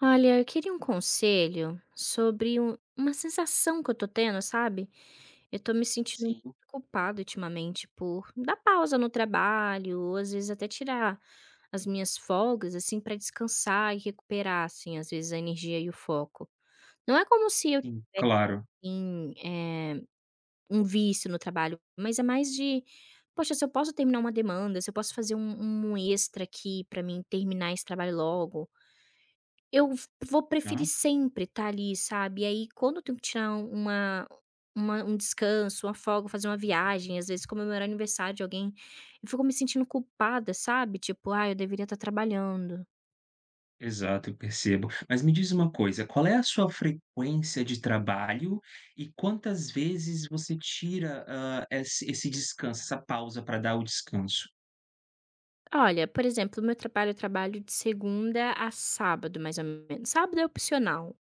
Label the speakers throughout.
Speaker 1: Olha, eu queria um conselho sobre uma sensação que eu tô tendo, sabe? Eu tô me sentindo muito
Speaker 2: Sim,
Speaker 1: culpada ultimamente por dar pausa no trabalho, ou às vezes até tirar as minhas folgas, assim, pra descansar e recuperar, assim, às vezes a energia e o foco. Não é como se eu
Speaker 2: sim, claro.
Speaker 1: tivesse um vício no trabalho, mas é mais de, poxa, se eu posso terminar uma demanda, se eu posso fazer um extra aqui pra mim terminar esse trabalho logo, eu v vou preferir
Speaker 2: Aham,
Speaker 1: sempre estar ali, sabe. E aí quando eu tenho que tirar uma um descanso, uma folga, fazer uma viagem, às vezes comemorar aniversário de alguém, eu fico me sentindo culpada, sabe. Tipo: ah, eu deveria estar trabalhando".
Speaker 2: exato, eu percebo. Mas me diz uma coisa, qual é a sua frequência de trabalho e quantas vezes você tira, esse descanso, essa pausa para dar o descanso?
Speaker 1: Olha, por exemplo, o meu trabalho, eu trabalho de segunda a sábado, mais ou menos. Sábado é opcional,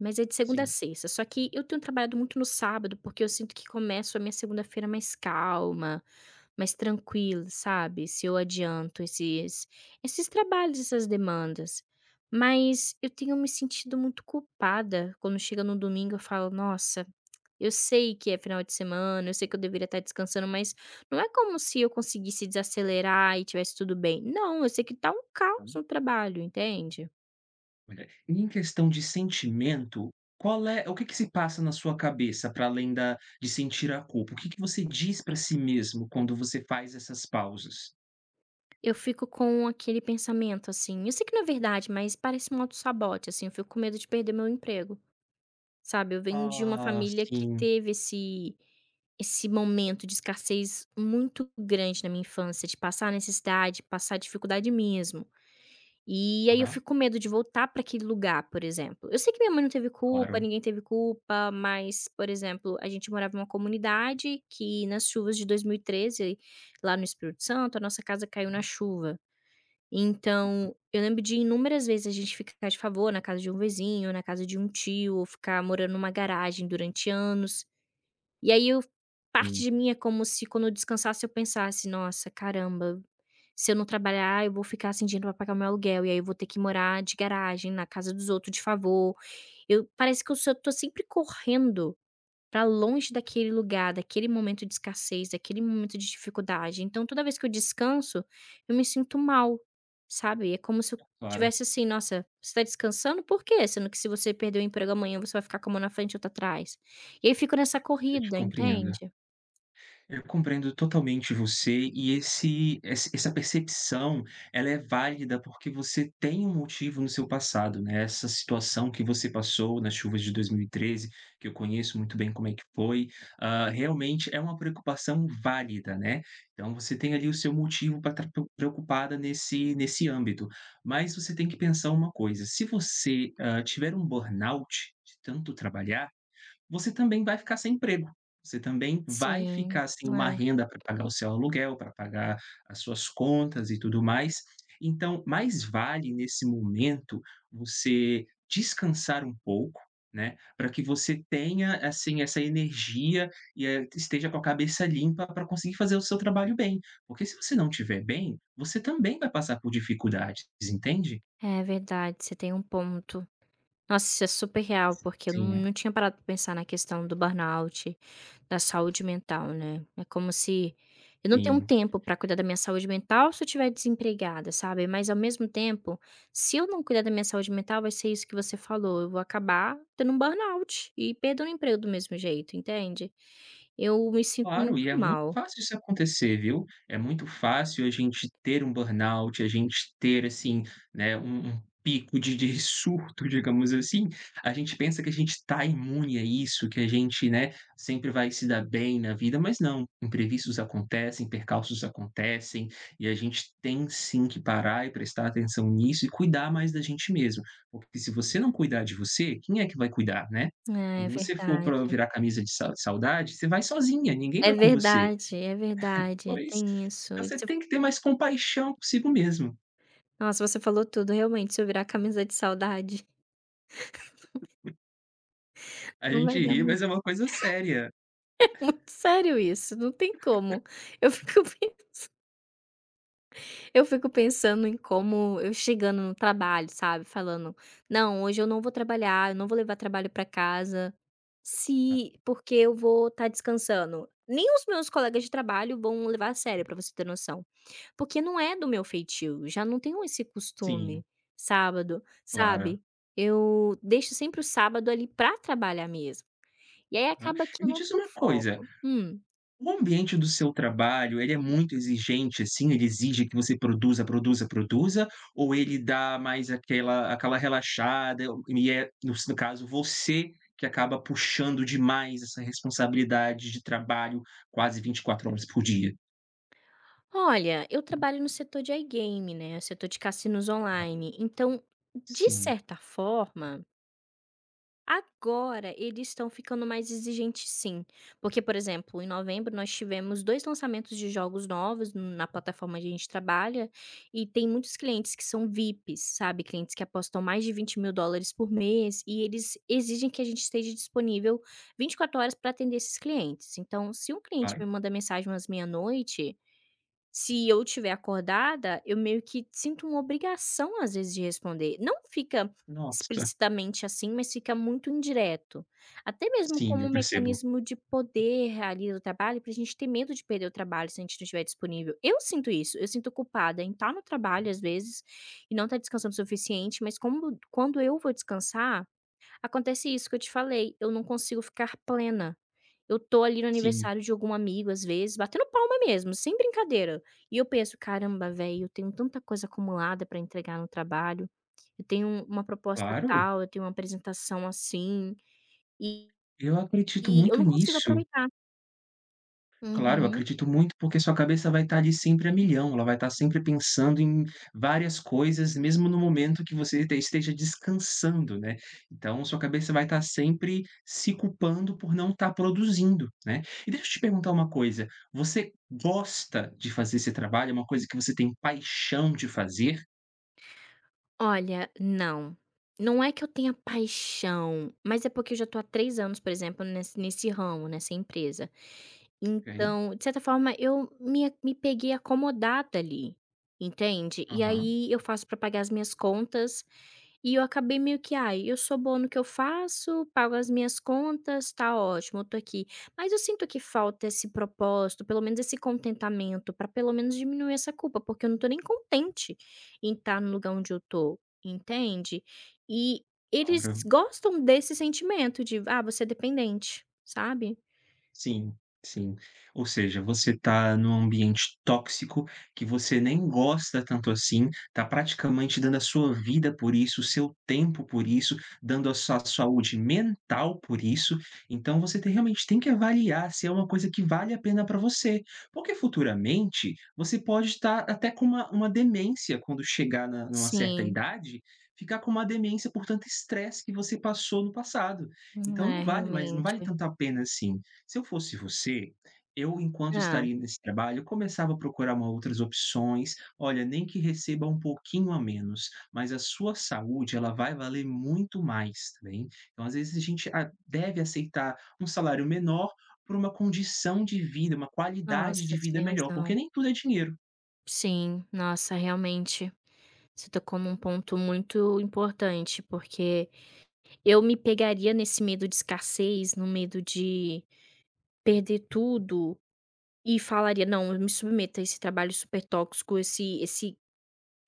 Speaker 1: mas é de segunda a
Speaker 2: Sim,
Speaker 1: sexta. Só que eu tenho trabalhado muito no sábado, porque eu sinto que começo a minha segunda-feira mais calma. Mais tranquila, sabe, se eu adianto esses trabalhos, essas demandas. Mas eu tenho me sentido muito culpada quando chega no domingo, eu falo: "Nossa, eu sei que é final de semana, eu sei que eu deveria estar descansando, mas não é como se eu conseguisse desacelerar e tivesse tudo bem. Não, eu sei que tá um
Speaker 2: tá.
Speaker 1: caos no trabalho", entende?
Speaker 2: Olha, e em questão de sentimento, qual é o que que se passa na sua cabeça para além da de sentir a culpa? O que que você diz para si mesmo quando você faz essas pausas?
Speaker 1: Eu fico com aquele pensamento, assim, eu sei que não é verdade, mas parece um autossabote, assim, eu fico com medo de perder meu emprego. Sabe, eu venho de uma
Speaker 2: Ah,
Speaker 1: família que
Speaker 2: sim.
Speaker 1: teve esse momento de escassez muito grande na minha infância, de passar necessidade, passar dificuldade mesmo. E aí eu
Speaker 2: Aham,
Speaker 1: fico com medo de voltar para aquele lugar, por exemplo. Eu sei que minha mãe não teve culpa,
Speaker 2: claro,
Speaker 1: ninguém teve culpa, mas, por exemplo, a gente morava em uma comunidade que nas chuvas de 2013 lá no Espírito Santo, a nossa casa caiu na chuva. Então, eu lembro de inúmeras vezes a gente ficar de favor na casa de um vizinho, na casa de um tio, ou ficar morando numa garagem durante anos. E aí eu parte
Speaker 2: sim,
Speaker 1: de mim é como se quando eu descansasse eu pensasse: "Nossa, caramba, se eu não trabalhar eu vou ficar sem dinheiro pra pagar meu aluguel, e aí eu vou ter que morar de garagem, na casa dos outros de favor". Eu parece que eu só tô sempre correndo para longe daquele lugar, daquele momento de escassez, daquele momento de dificuldade. Então toda vez que eu descanso, eu me sinto mal, sabe. É como se eu
Speaker 2: claro,
Speaker 1: tivesse assim: "Nossa, você tá descansando por quê? Sendo que se você perder o emprego amanhã, você vai ficar com a mão na frente e outra atrás". E aí fico nessa
Speaker 2: eu te
Speaker 1: corrida,
Speaker 2: compreendo.
Speaker 1: entende.
Speaker 2: Eu compreendo totalmente você e esse ess essa percepção, ela é válida, porque você tem um motivo no seu passado, né, essa situação que você passou nas chuvas de 2013, que eu conheço muito bem como é que foi, realmente é uma preocupação válida, né. Então você tem ali o seu motivo para estar preocupada nesse âmbito. Mas você tem que pensar uma coisa, se você, tiver um burnout de tanto trabalhar, você também vai ficar sem emprego. Você também vai
Speaker 1: Sim.
Speaker 2: ficar sem uma renda para pagar o seu aluguel, para pagar as suas contas e tudo mais. Então, mais vale nesse momento você descansar um pouco, né, para que você tenha assim essa energia e esteja com a cabeça limpa para conseguir fazer o seu trabalho bem. Porque se você não tiver bem, você também vai passar por dificuldades, entende?
Speaker 1: É, é verdade, você tem um ponto. Nossa, isso é super real, porque eu não,
Speaker 2: Sim,
Speaker 1: não tinha parado pra pensar na questão do burnout, da saúde mental, né? É como se eu não tenho um
Speaker 2: sim.
Speaker 1: tempo pra cuidar da minha saúde mental se eu estiver desempregada, sabe? Mas ao mesmo tempo, se eu não cuidar da minha saúde mental, vai ser isso que você falou. Eu vou acabar tendo um burnout e perdendo o emprego do mesmo jeito, entende? Eu me sinto
Speaker 2: Claro,
Speaker 1: muito
Speaker 2: e é muito
Speaker 1: mal.
Speaker 2: fácil isso acontecer, viu. É muito fácil a gente ter um burnout, a gente ter, assim, né, um um pico de surto, digamos assim. A gente pensa que a gente está imune a isso, que a gente, né, sempre vai se dar bem na vida, mas não, imprevistos acontecem, percalços acontecem, e a gente tem sim que parar e prestar atenção nisso e cuidar mais da gente mesmo, porque se você não cuidar de você, quem é que vai cuidar, né?
Speaker 1: É, é
Speaker 2: Quando você for para
Speaker 1: verdade.
Speaker 2: virar camisa de sa saudade, você vai sozinha, ninguém
Speaker 1: É
Speaker 2: vai com você.
Speaker 1: verdade, é verdade.
Speaker 2: Pois,
Speaker 1: Tem isso.
Speaker 2: então você
Speaker 1: Você-
Speaker 2: tem que ter mais compaixão consigo mesmo.
Speaker 1: Nossa, você falou tudo, realmente. Se eu virar camisa de saudade.
Speaker 2: A
Speaker 1: Não
Speaker 2: gente
Speaker 1: vai dar
Speaker 2: ri, mas é
Speaker 1: muito
Speaker 2: uma coisa séria.
Speaker 1: muito sério isso, não tem como. Eu fico pen eu fico pensando em como eu chegando no trabalho, sabe, falando: "Não, hoje eu não vou trabalhar, eu não vou levar trabalho pra casa,
Speaker 2: Ah,
Speaker 1: se porque eu vou estar descansando". Nem os meus colegas de trabalho vão levar a sério, pra você ter noção, porque não é do meu feitio, já não tenho esse
Speaker 2: sim,
Speaker 1: costume, sábado,
Speaker 2: claro.
Speaker 1: sabe. Eu deixo sempre o sábado ali pra trabalhar mesmo, e aí
Speaker 2: Aham.
Speaker 1: acaba que
Speaker 2: E
Speaker 1: eu
Speaker 2: me
Speaker 1: não
Speaker 2: diz
Speaker 1: tenho
Speaker 2: uma coisa,
Speaker 1: foco. Hum.
Speaker 2: o ambiente do seu trabalho, ele é muito exigente, assim? Ele exige que você produza, produza, produza? Ou ele dá mais aquela relaxada e é, no caso, você que acaba puxando demais essa responsabilidade de trabalho quase 24 horas por dia?
Speaker 1: Olha, eu trabalho no setor de iGame, né? Setor de cassinos online. Então, de
Speaker 2: Sim,
Speaker 1: certa forma, agora eles estão ficando mais exigentes, sim. Porque, por exemplo, em novembro nós tivemos dois lançamentos de jogos novos na plataforma que a gente trabalha. E tem muitos clientes que são VIPs, sabe? Clientes que apostam mais de US$ 20.000 por mês. E eles exigem que a gente esteja disponível 24 horas para atender esses clientes. Então, se um cliente
Speaker 2: claro.
Speaker 1: me manda mensagem às meia-noite. Se eu estiver acordada, eu meio que sinto uma obrigação, às vezes, de responder. Não fica
Speaker 2: Nossa,
Speaker 1: explicitamente assim, mas fica muito indireto. Até mesmo
Speaker 2: sim,
Speaker 1: como um
Speaker 2: eu percebo.
Speaker 1: mecanismo de poder ali do trabalho, pra gente ter medo de perder o trabalho se a gente não estiver disponível. Eu sinto isso, eu sinto culpada em estar no trabalho, às vezes, e não estar descansando o suficiente, mas como quando eu vou descansar, acontece isso que eu te falei, eu não consigo ficar plena. Eu tô ali no
Speaker 2: Sim,
Speaker 1: aniversário de algum amigo, às vezes, batendo palma mesmo, sem brincadeira. E eu penso: "Caramba, velho, eu tenho tanta coisa acumulada pra entregar no trabalho, eu tenho uma proposta
Speaker 2: claro.
Speaker 1: tal, eu tenho uma apresentação assim", e
Speaker 2: Eu acredito
Speaker 1: eu
Speaker 2: muito
Speaker 1: não consigo
Speaker 2: nisso.
Speaker 1: aproveitar.
Speaker 2: Claro, eu
Speaker 1: Uhum.
Speaker 2: acredito muito, porque sua cabeça vai estar ali sempre a milhão, ela vai estar sempre pensando em várias coisas, mesmo no momento que você te esteja descansando, né. Então sua cabeça vai estar sempre se culpando por não estar produzindo, né. E deixa eu te perguntar uma coisa, você gosta de fazer esse trabalho? É uma coisa que você tem paixão de fazer?
Speaker 1: Olha, não. Não é que eu tenha paixão, mas é porque eu já tô há 3 anos, por exemplo, nesse ramo, nessa empresa.
Speaker 2: Ok.
Speaker 1: Então, de certa forma, eu me peguei acomodada ali, entende? E
Speaker 2: Aham,
Speaker 1: aí eu faço pra pagar as minhas contas e eu acabei meio que: "Ai, eu sou boa no que eu faço, pago as minhas contas, tá ótimo, eu tô aqui". Mas eu sinto que falta esse propósito, pelo menos esse contentamento, pra pelo menos diminuir essa culpa, porque eu não tô nem contente em estar no lugar onde eu tô, entende? E eles
Speaker 2: claro.
Speaker 1: gostam desse sentimento de: "Ah, você é dependente", sabe?
Speaker 2: Sim, sim. Ou seja, você está num ambiente tóxico que você nem gosta tanto assim, está praticamente dando a sua vida por isso, o seu tempo por isso, dando a sua saúde mental por isso. Então você tem realmente tem que avaliar se é uma coisa que vale a pena para você, porque futuramente você pode estar até com uma demência quando chegar na numa certa
Speaker 1: Sim,
Speaker 2: idade, ficar com uma demência por tanto estresse que você passou no passado. Então
Speaker 1: é
Speaker 2: não vale
Speaker 1: realmente.
Speaker 2: tanto a pena assim. Se eu fosse você, eu, enquanto
Speaker 1: Ah,
Speaker 2: estaria nesse trabalho, começava a procurar uma outras opções. Olha, nem que receba um pouquinho a menos, mas a sua saúde, ela vai valer muito mais, tá bem? Então, às vezes, a gente a deve aceitar um salário menor por uma condição de vida, uma
Speaker 1: nossa,
Speaker 2: qualidade de
Speaker 1: você
Speaker 2: vida
Speaker 1: tem
Speaker 2: melhor,
Speaker 1: razão.
Speaker 2: porque nem tudo é dinheiro.
Speaker 1: Sim, nossa, realmente. Você tocou num ponto muito importante, porque eu me pegaria nesse medo de escassez, no medo de perder tudo e falaria: "Não, eu me submeto a esse trabalho super tóxico, esse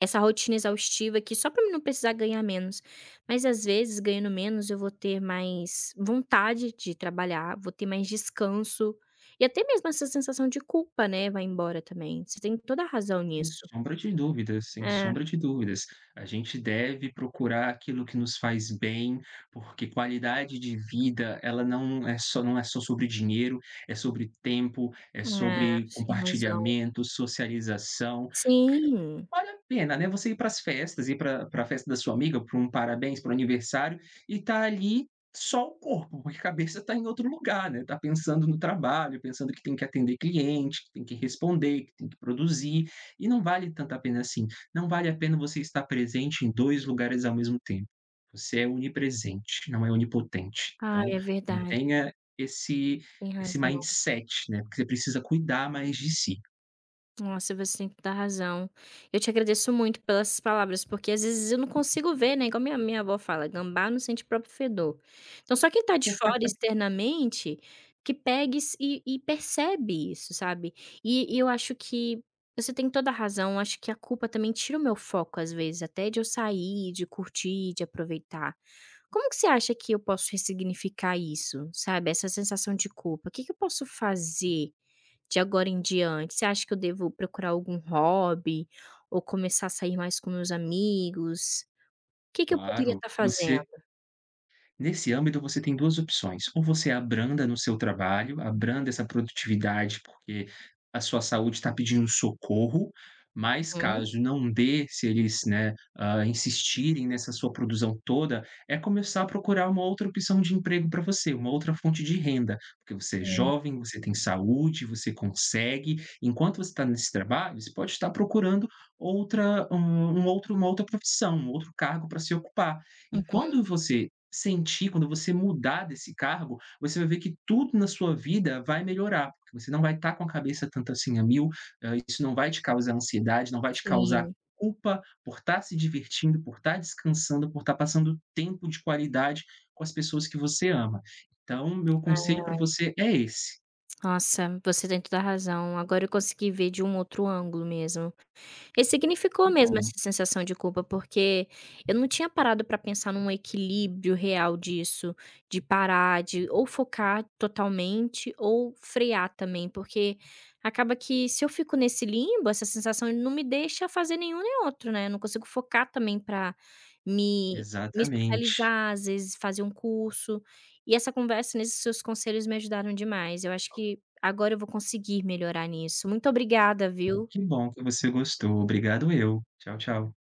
Speaker 1: essa rotina exaustiva aqui só pra mim não precisar ganhar menos". Mas às vezes ganhando menos eu vou ter mais vontade de trabalhar, vou ter mais descanso e até mesmo essa sensação de culpa, né, vai embora também. Você tem toda a razão
Speaker 2: Sem
Speaker 1: nisso.
Speaker 2: sombra de dúvidas, sem
Speaker 1: É, é,
Speaker 2: sombra de dúvidas. A gente deve procurar aquilo que nos faz bem, porque qualidade de vida, ela não é só sobre dinheiro, é sobre tempo, é sobre
Speaker 1: sem razão.
Speaker 2: compartilhamento, socialização.
Speaker 1: Sim.
Speaker 2: Vale a pena, né, você ir para as festas, ir para a festa da sua amiga, para um parabéns, para um aniversário, e tá ali só o corpo, porque a cabeça está em outro lugar, né, tá pensando no trabalho, pensando que tem que atender cliente, que tem que responder, que tem que produzir, e não vale tanto a pena assim. Não vale a pena você estar presente em 2 lugares ao mesmo tempo. Você é onipresente, não é onipotente.
Speaker 1: Ah,
Speaker 2: Então,
Speaker 1: é verdade,
Speaker 2: mantenha esse
Speaker 1: tem
Speaker 2: esse
Speaker 1: razão.
Speaker 2: mindset, né, porque você precisa cuidar mais de si.
Speaker 1: Nossa, você tem toda a razão. Eu te agradeço muito pelas palavras, porque às vezes eu não consigo ver, né, igual minha avó fala: "Gambá não sente o próprio fedor". Então só quem tá de fora externamente, que pegue isso e percebe isso, sabe. E eu acho que você tem toda a razão, acho que a culpa também tira o meu foco às vezes, até de eu sair, de curtir, de aproveitar. Como que você acha que eu posso ressignificar isso, sabe, essa sensação de culpa? O que que eu posso fazer de agora em diante, você acha que eu devo procurar algum hobby ou começar a sair mais com meus amigos? O que que eu poderia
Speaker 2: Claro,
Speaker 1: estar fazendo?
Speaker 2: você Nesse âmbito, você tem 2 opções, ou você abranda no seu trabalho, abranda essa produtividade, porque a sua saúde está pedindo socorro, mas
Speaker 1: Uhum,
Speaker 2: caso não dê, se eles, né, insistirem nessa sua produção toda, é começar a procurar uma outra opção de emprego para você, uma outra fonte de renda, porque você é
Speaker 1: sim.
Speaker 2: jovem, você tem saúde, você consegue. Enquanto você está nesse trabalho, você pode estar procurando outra um um outro uma outra profissão, um outro cargo para se ocupar. E
Speaker 1: Uhum,
Speaker 2: quando você sentir, quando você mudar desse cargo, você vai ver que tudo na sua vida vai melhorar, porque você não vai estar com a cabeça tanto assim a mil, isso não vai te causar ansiedade, não vai te causar
Speaker 1: sim.
Speaker 2: culpa por estar se divertindo, por estar descansando, por estar passando tempo de qualidade com as pessoas que você ama. Então, meu
Speaker 1: Ah,
Speaker 2: conselho para
Speaker 1: é.
Speaker 2: você é esse.
Speaker 1: Nossa, você tem toda a razão. Agora eu consegui ver de um outro ângulo mesmo. E significou
Speaker 2: Que
Speaker 1: mesmo
Speaker 2: bom.
Speaker 1: essa sensação de culpa, porque eu não tinha parado para pensar num equilíbrio real disso, de parar, de ou focar totalmente ou frear também, porque acaba que se eu fico nesse limbo, essa sensação não me deixa fazer nenhum nem outro, né, eu não consigo focar também para me me
Speaker 2: Exatamente.
Speaker 1: especializar, às vezes fazer um curso, e essa conversa nesses seus conselhos me ajudaram demais, eu acho que agora eu vou conseguir melhorar nisso. Muito obrigada, viu.
Speaker 2: Que bom que você gostou. Obrigado eu. Tchau, tchau.